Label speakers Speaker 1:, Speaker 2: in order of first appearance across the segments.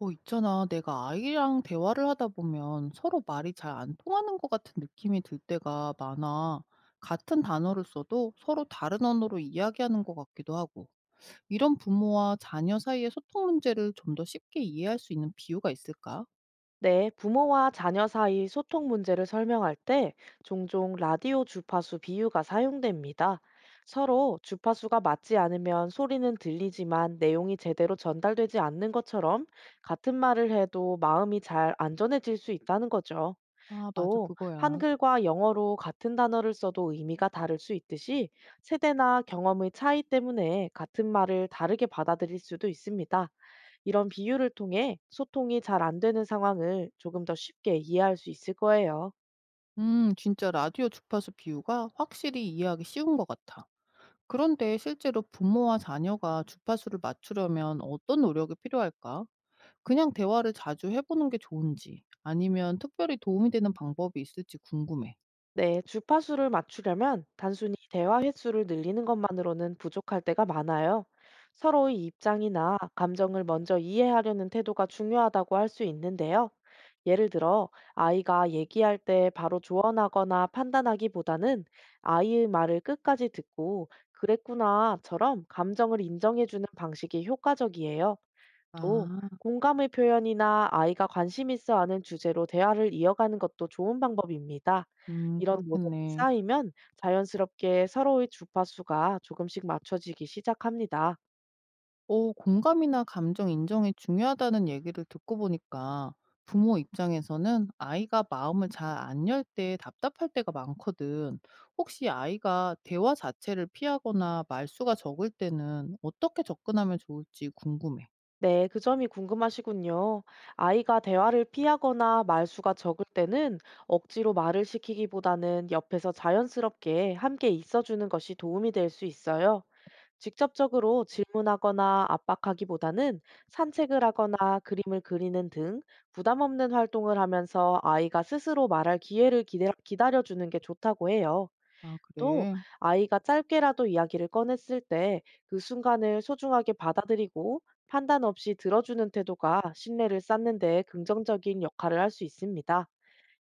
Speaker 1: 있잖아. 내가 아이랑 대화를 하다 보면 서로 말이 잘 안 통하는 것 같은 느낌이 들 때가 많아. 같은 단어를 써도 서로 다른 언어로 이야기하는 것 같기도 하고. 이런 부모와 자녀 사이의 소통 문제를 좀 더 쉽게 이해할 수 있는 비유가 있을까?
Speaker 2: 네, 부모와 자녀 사이 소통 문제를 설명할 때 종종 라디오 주파수 비유가 사용됩니다. 서로 주파수가 맞지 않으면 소리는 들리지만 내용이 제대로 전달되지 않는 것처럼 같은 말을 해도 마음이 잘 안전해질 수 있다는 거죠.
Speaker 1: 아, 맞아.
Speaker 2: 또
Speaker 1: 그거야.
Speaker 2: 한글과 영어로 같은 단어를 써도 의미가 다를 수 있듯이 세대나 경험의 차이 때문에 같은 말을 다르게 받아들일 수도 있습니다. 이런 비유를 통해 소통이 잘 안 되는 상황을 조금 더 쉽게 이해할 수 있을 거예요.
Speaker 1: 진짜 라디오 주파수 비유가 확실히 이해하기 쉬운 것 같아. 그런데 실제로 부모와 자녀가 주파수를 맞추려면 어떤 노력이 필요할까? 그냥 대화를 자주 해 보는 게 좋은지 아니면 특별히 도움이 되는 방법이 있을지 궁금해.
Speaker 2: 네, 주파수를 맞추려면 단순히 대화 횟수를 늘리는 것만으로는 부족할 때가 많아요. 서로의 입장이나 감정을 먼저 이해하려는 태도가 중요하다고 할 수 있는데요. 예를 들어, 아이가 얘기할 때 바로 조언하거나 판단하기보다는 아이의 말을 끝까지 듣고, 그랬구나처럼 감정을 인정해주는 방식이 효과적이에요. 또
Speaker 1: 아.
Speaker 2: 공감의 표현이나 아이가 관심 있어 하는 주제로 대화를 이어가는 것도 좋은 방법입니다. 이런 노력이
Speaker 1: 그렇겠네.
Speaker 2: 쌓이면 자연스럽게 서로의 주파수가 조금씩 맞춰지기 시작합니다.
Speaker 1: 공감이나 감정 인정이 중요하다는 얘기를 듣고 보니까 부모 입장에서는 아이가 마음을 잘 안 열 때 답답할 때가 많거든. 혹시 아이가 대화 자체를 피하거나 말수가 적을 때는 어떻게 접근하면 좋을지 궁금해.
Speaker 2: 네, 그 점이 궁금하시군요. 아이가 대화를 피하거나 말수가 적을 때는 억지로 말을 시키기보다는 옆에서 자연스럽게 함께 있어주는 것이 도움이 될 수 있어요. 직접적으로 질문하거나 압박하기보다는 산책을 하거나 그림을 그리는 등 부담 없는 활동을 하면서 아이가 스스로 말할 기회를 기다려주는 게 좋다고 해요.
Speaker 1: 아,
Speaker 2: 또
Speaker 1: 그래.
Speaker 2: 아이가 짧게라도 이야기를 꺼냈을 때 그 순간을 소중하게 받아들이고 판단 없이 들어주는 태도가 신뢰를 쌓는 데 긍정적인 역할을 할 수 있습니다.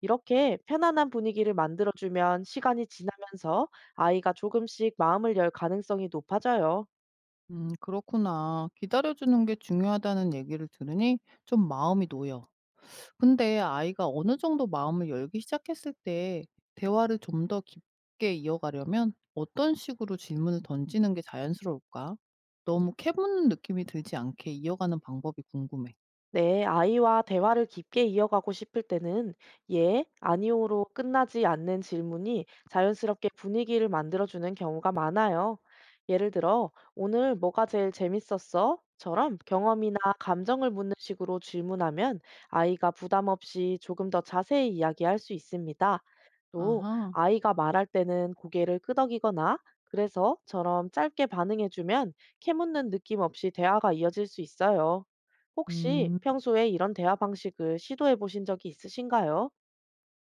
Speaker 2: 이렇게 편안한 분위기를 만들어주면 시간이 지나면서 아이가 조금씩 마음을 열 가능성이 높아져요.
Speaker 1: 그렇구나. 기다려주는 게 중요하다는 얘기를 들으니 좀 마음이 놓여. 근데 아이가 어느 정도 마음을 열기 시작했을 때 대화를 좀 더 깊게 이어가려면 어떤 식으로 질문을 던지는 게 자연스러울까? 너무 캐묻는 느낌이 들지 않게 이어가는 방법이 궁금해.
Speaker 2: 네, 아이와 대화를 깊게 이어가고 싶을 때는 예, 아니오로 끝나지 않는 질문이 자연스럽게 분위기를 만들어주는 경우가 많아요. 예를 들어, "오늘 뭐가 제일 재밌었어?" 처럼 경험이나 감정을 묻는 식으로 질문하면 아이가 부담 없이 조금 더 자세히 이야기할 수 있습니다. 또,
Speaker 1: 아하.
Speaker 2: 아이가 말할 때는 고개를 끄덕이거나 그래서처럼 짧게 반응해주면 캐묻는 느낌 없이 대화가 이어질 수 있어요. 혹시
Speaker 1: 음.
Speaker 2: 평소에 이런 대화 방식을 시도해 보신 적이 있으신가요?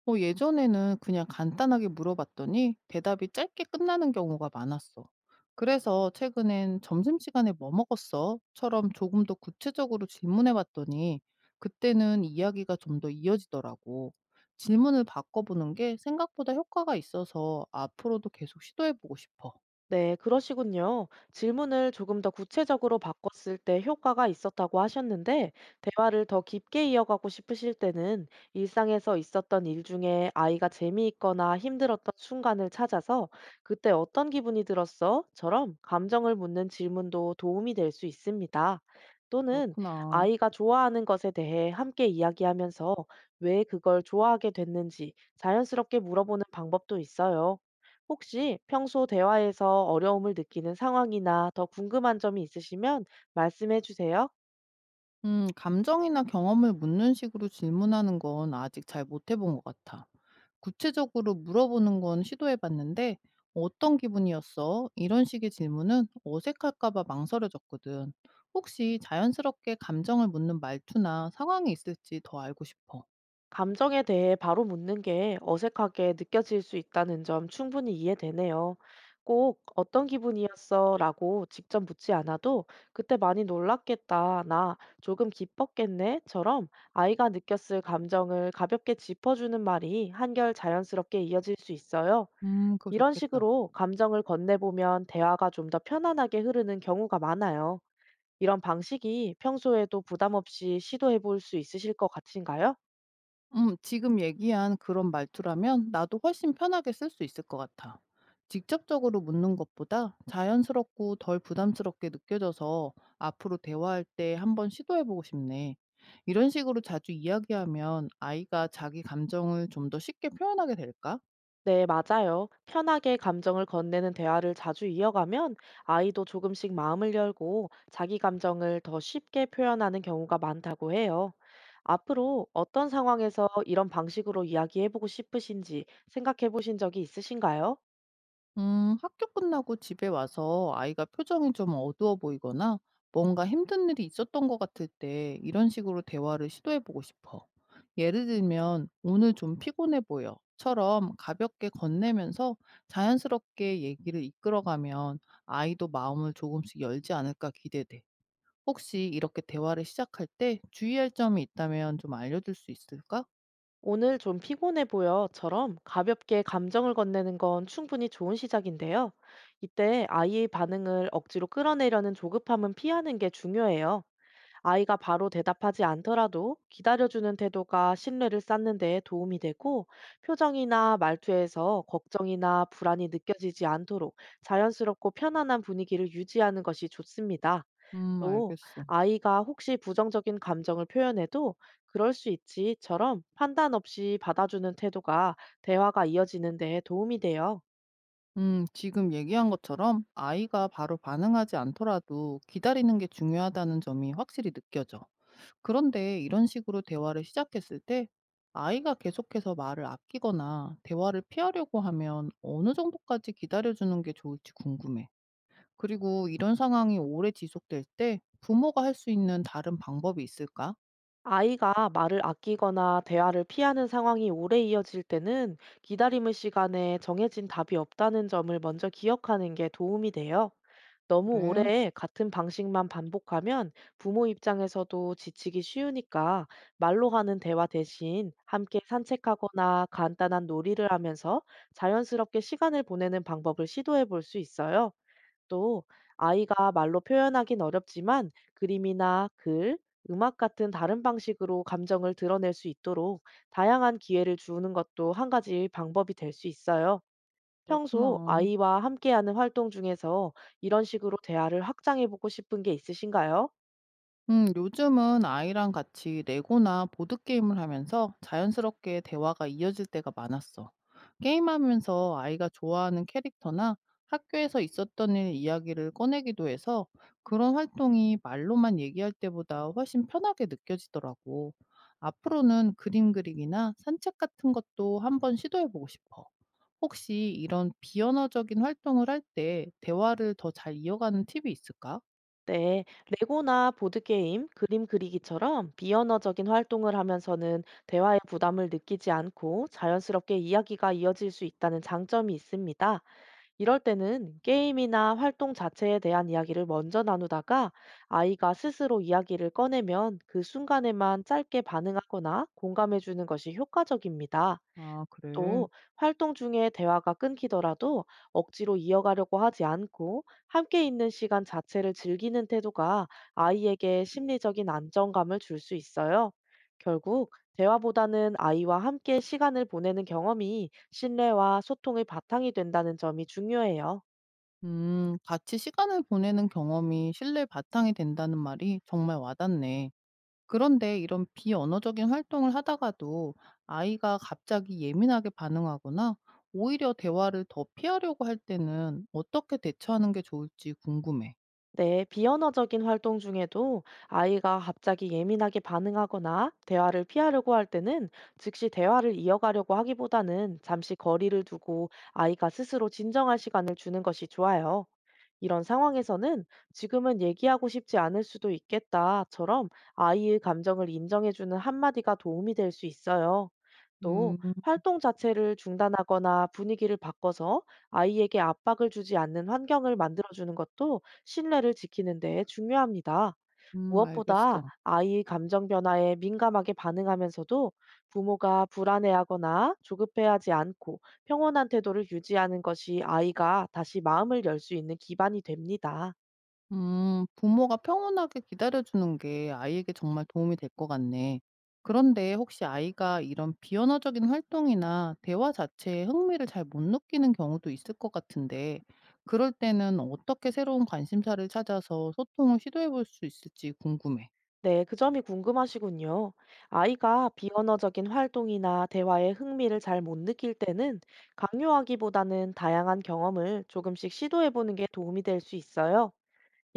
Speaker 1: 예전에는 그냥 간단하게 물어봤더니 대답이 짧게 끝나는 경우가 많았어. 그래서 최근엔 점심시간에 뭐 먹었어? 처럼 조금 더 구체적으로 질문해봤더니 그때는 이야기가 좀 더 이어지더라고. 질문을 바꿔보는 게 생각보다 효과가 있어서 앞으로도 계속 시도해보고 싶어.
Speaker 2: 네, 그러시군요. 질문을 조금 더 구체적으로 바꿨을 때 효과가 있었다고 하셨는데, 대화를 더 깊게 이어가고 싶으실 때는 일상에서 있었던 일 중에 아이가 재미있거나 힘들었던 순간을 찾아서 "그때 어떤 기분이 들었어?" 처럼 감정을 묻는 질문도 도움이 될 수 있습니다. 또는
Speaker 1: 그렇구나.
Speaker 2: 아이가 좋아하는 것에 대해 함께 이야기하면서 왜 그걸 좋아하게 됐는지 자연스럽게 물어보는 방법도 있어요. 혹시 평소 대화에서 어려움을 느끼는 상황이나 더 궁금한 점이 있으시면 말씀해 주세요.
Speaker 1: 감정이나 경험을 묻는 식으로 질문하는 건 아직 잘 못해본 것 같아. 구체적으로 물어보는 건 시도해 봤는데 "어떤 기분이었어?" 이런 식의 질문은 어색할까 봐 망설여졌거든. 혹시 자연스럽게 감정을 묻는 말투나 상황이 있을지 더 알고 싶어.
Speaker 2: 감정에 대해 바로 묻는 게 어색하게 느껴질 수 있다는 점 충분히 이해되네요. 꼭 "어떤 기분이었어? 라고 직접 묻지 않아도 "그때 많이 놀랐겠다", "나 조금 기뻤겠네?" 처럼 아이가 느꼈을 감정을 가볍게 짚어주는 말이 한결 자연스럽게 이어질 수 있어요.
Speaker 1: 그거
Speaker 2: 이런
Speaker 1: 좋겠다.
Speaker 2: 식으로 감정을 건네보면 대화가 좀 더 편안하게 흐르는 경우가 많아요. 이런 방식이 평소에도 부담 없이 시도해 볼 수 있으실 것 같으신가요?
Speaker 1: 지금 얘기한 그런 말투라면 나도 훨씬 편하게 쓸 수 있을 것 같아. 직접적으로 묻는 것보다 자연스럽고 덜 부담스럽게 느껴져서 앞으로 대화할 때 한번 시도해보고 싶네. 이런 식으로 자주 이야기하면 아이가 자기 감정을 좀 더 쉽게 표현하게 될까?
Speaker 2: 네, 맞아요. 편하게 감정을 건네는 대화를 자주 이어가면 아이도 조금씩 마음을 열고 자기 감정을 더 쉽게 표현하는 경우가 많다고 해요. 앞으로 어떤 상황에서 이런 방식으로 이야기해 보고 싶으신지 생각해 보신 적이 있으신가요?
Speaker 1: 학교 끝나고 집에 와서 아이가 표정이 좀 어두워 보이거나 뭔가 힘든 일이 있었던 것 같을 때 이런 식으로 대화를 시도해 보고 싶어. 예를 들면, 오늘 좀 피곤해 보여. 처럼 가볍게 건네면서 자연스럽게 얘기를 이끌어가면 아이도 마음을 조금씩 열지 않을까 기대돼. 혹시 이렇게 대화를 시작할 때 주의할 점이 있다면 좀 알려줄 수 있을까?
Speaker 2: "오늘 좀 피곤해 보여."처럼 가볍게 감정을 건네는 건 충분히 좋은 시작인데요. 이때 아이의 반응을 억지로 끌어내려는 조급함은 피하는 게 중요해요. 아이가 바로 대답하지 않더라도 기다려주는 태도가 신뢰를 쌓는 데 도움이 되고, 표정이나 말투에서 걱정이나 불안이 느껴지지 않도록 자연스럽고 편안한 분위기를 유지하는 것이 좋습니다. 또
Speaker 1: 알겠어.
Speaker 2: 아이가 혹시 부정적인 감정을 표현해도 그럴 수 있지처럼 판단 없이 받아주는 태도가 대화가 이어지는 데 도움이 돼요.
Speaker 1: 지금 얘기한 것처럼 아이가 바로 반응하지 않더라도 기다리는 게 중요하다는 점이 확실히 느껴져. 그런데 이런 식으로 대화를 시작했을 때 아이가 계속해서 말을 아끼거나 대화를 피하려고 하면 어느 정도까지 기다려주는 게 좋을지 궁금해. 그리고 이런 상황이 오래 지속될 때 부모가 할 수 있는 다른 방법이 있을까?
Speaker 2: 아이가 말을 아끼거나 대화를 피하는 상황이 오래 이어질 때는 기다림의 시간에 정해진 답이 없다는 점을 먼저 기억하는 게 도움이 돼요. 너무
Speaker 1: 그래,
Speaker 2: 오래 같은 방식만 반복하면 부모 입장에서도 지치기 쉬우니까 말로 하는 대화 대신 함께 산책하거나 간단한 놀이를 하면서 자연스럽게 시간을 보내는 방법을 시도해 볼 수 있어요. 또 아이가 말로 표현하긴 어렵지만 그림이나 글, 음악 같은 다른 방식으로 감정을 드러낼 수 있도록 다양한 기회를 주는 것도 한 가지 방법이 될 수 있어요. 평소
Speaker 1: 그렇구나.
Speaker 2: 아이와 함께하는 활동 중에서 이런 식으로 대화를 확장해 보고 싶은 게 있으신가요?
Speaker 1: 요즘은 아이랑 같이 레고나 보드게임을 하면서 자연스럽게 대화가 이어질 때가 많았어. 게임하면서 아이가 좋아하는 캐릭터나 학교에서 있었던 일 이야기를 꺼내기도 해서 그런 활동이 말로만 얘기할 때보다 훨씬 편하게 느껴지더라고. 앞으로는 그림 그리기나 산책 같은 것도 한번 시도해보고 싶어. 혹시 이런 비언어적인 활동을 할 때 대화를 더 잘 이어가는 팁이 있을까?
Speaker 2: 네, 레고나 보드게임, 그림 그리기처럼 비언어적인 활동을 하면서는 대화의 부담을 느끼지 않고 자연스럽게 이야기가 이어질 수 있다는 장점이 있습니다. 이럴 때는 게임이나 활동 자체에 대한 이야기를 먼저 나누다가 아이가 스스로 이야기를 꺼내면 그 순간에만 짧게 반응하거나 공감해주는 것이 효과적입니다.
Speaker 1: 아, 그래.
Speaker 2: 또 활동 중에 대화가 끊기더라도 억지로 이어가려고 하지 않고 함께 있는 시간 자체를 즐기는 태도가 아이에게 심리적인 안정감을 줄 수 있어요. 결국 대화보다는 아이와 함께 시간을 보내는 경험이 신뢰와 소통의 바탕이 된다는 점이 중요해요.
Speaker 1: 같이 시간을 보내는 경험이 신뢰 바탕이 된다는 말이 정말 와닿네. 그런데 이런 비언어적인 활동을 하다가도 아이가 갑자기 예민하게 반응하거나 오히려 대화를 더 피하려고 할 때는 어떻게 대처하는 게 좋을지 궁금해.
Speaker 2: 네, 비언어적인 활동 중에도 아이가 갑자기 예민하게 반응하거나 대화를 피하려고 할 때는 즉시 대화를 이어가려고 하기보다는 잠시 거리를 두고 아이가 스스로 진정할 시간을 주는 것이 좋아요. 이런 상황에서는 "지금은 얘기하고 싶지 않을 수도 있겠다처럼 아이의 감정을 인정해주는 한마디가 도움이 될 수 있어요. 또
Speaker 1: 음,
Speaker 2: 활동 자체를 중단하거나 분위기를 바꿔서 아이에게 압박을 주지 않는 환경을 만들어주는 것도 신뢰를 지키는 데 중요합니다. 무엇보다
Speaker 1: 알겠어.
Speaker 2: 아이의 감정 변화에 민감하게 반응하면서도 부모가 불안해하거나 조급해하지 않고 평온한 태도를 유지하는 것이 아이가 다시 마음을 열 수 있는 기반이 됩니다.
Speaker 1: 부모가 평온하게 기다려주는 게 아이에게 정말 도움이 될 것 같네. 그런데 혹시 아이가 이런 비언어적인 활동이나 대화 자체에 흥미를 잘 못 느끼는 경우도 있을 것 같은데, 그럴 때는 어떻게 새로운 관심사를 찾아서 소통을 시도해 볼 수 있을지 궁금해.
Speaker 2: 네, 그 점이 궁금하시군요. 아이가 비언어적인 활동이나 대화에 흥미를 잘 못 느낄 때는 강요하기보다는 다양한 경험을 조금씩 시도해 보는 게 도움이 될 수 있어요.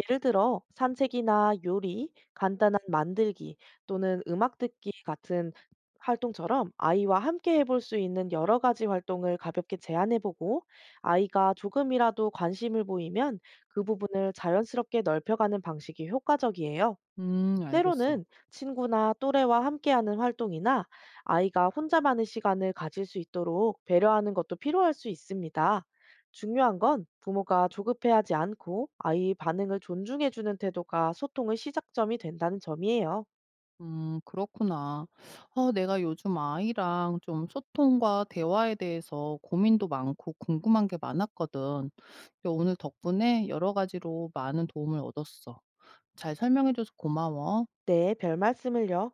Speaker 2: 예를 들어 산책이나 요리, 간단한 만들기 또는 음악 듣기 같은 활동처럼 아이와 함께 해볼 수 있는 여러 가지 활동을 가볍게 제안해보고 아이가 조금이라도 관심을 보이면 그 부분을 자연스럽게 넓혀가는 방식이 효과적이에요.
Speaker 1: 알겠어.
Speaker 2: 때로는 친구나 또래와 함께하는 활동이나 아이가 혼자만의 시간을 가질 수 있도록 배려하는 것도 필요할 수 있습니다. 중요한 건 부모가 조급해하지 않고 아이의 반응을 존중해주는 태도가 소통의 시작점이 된다는 점이에요.
Speaker 1: 그렇구나. 내가 요즘 아이랑 좀 소통과 대화에 대해서 고민도 많고 궁금한 게 많았거든. 근데 오늘 덕분에 여러 가지로 많은 도움을 얻었어. 잘 설명해줘서 고마워.
Speaker 2: 네, 별 말씀을요.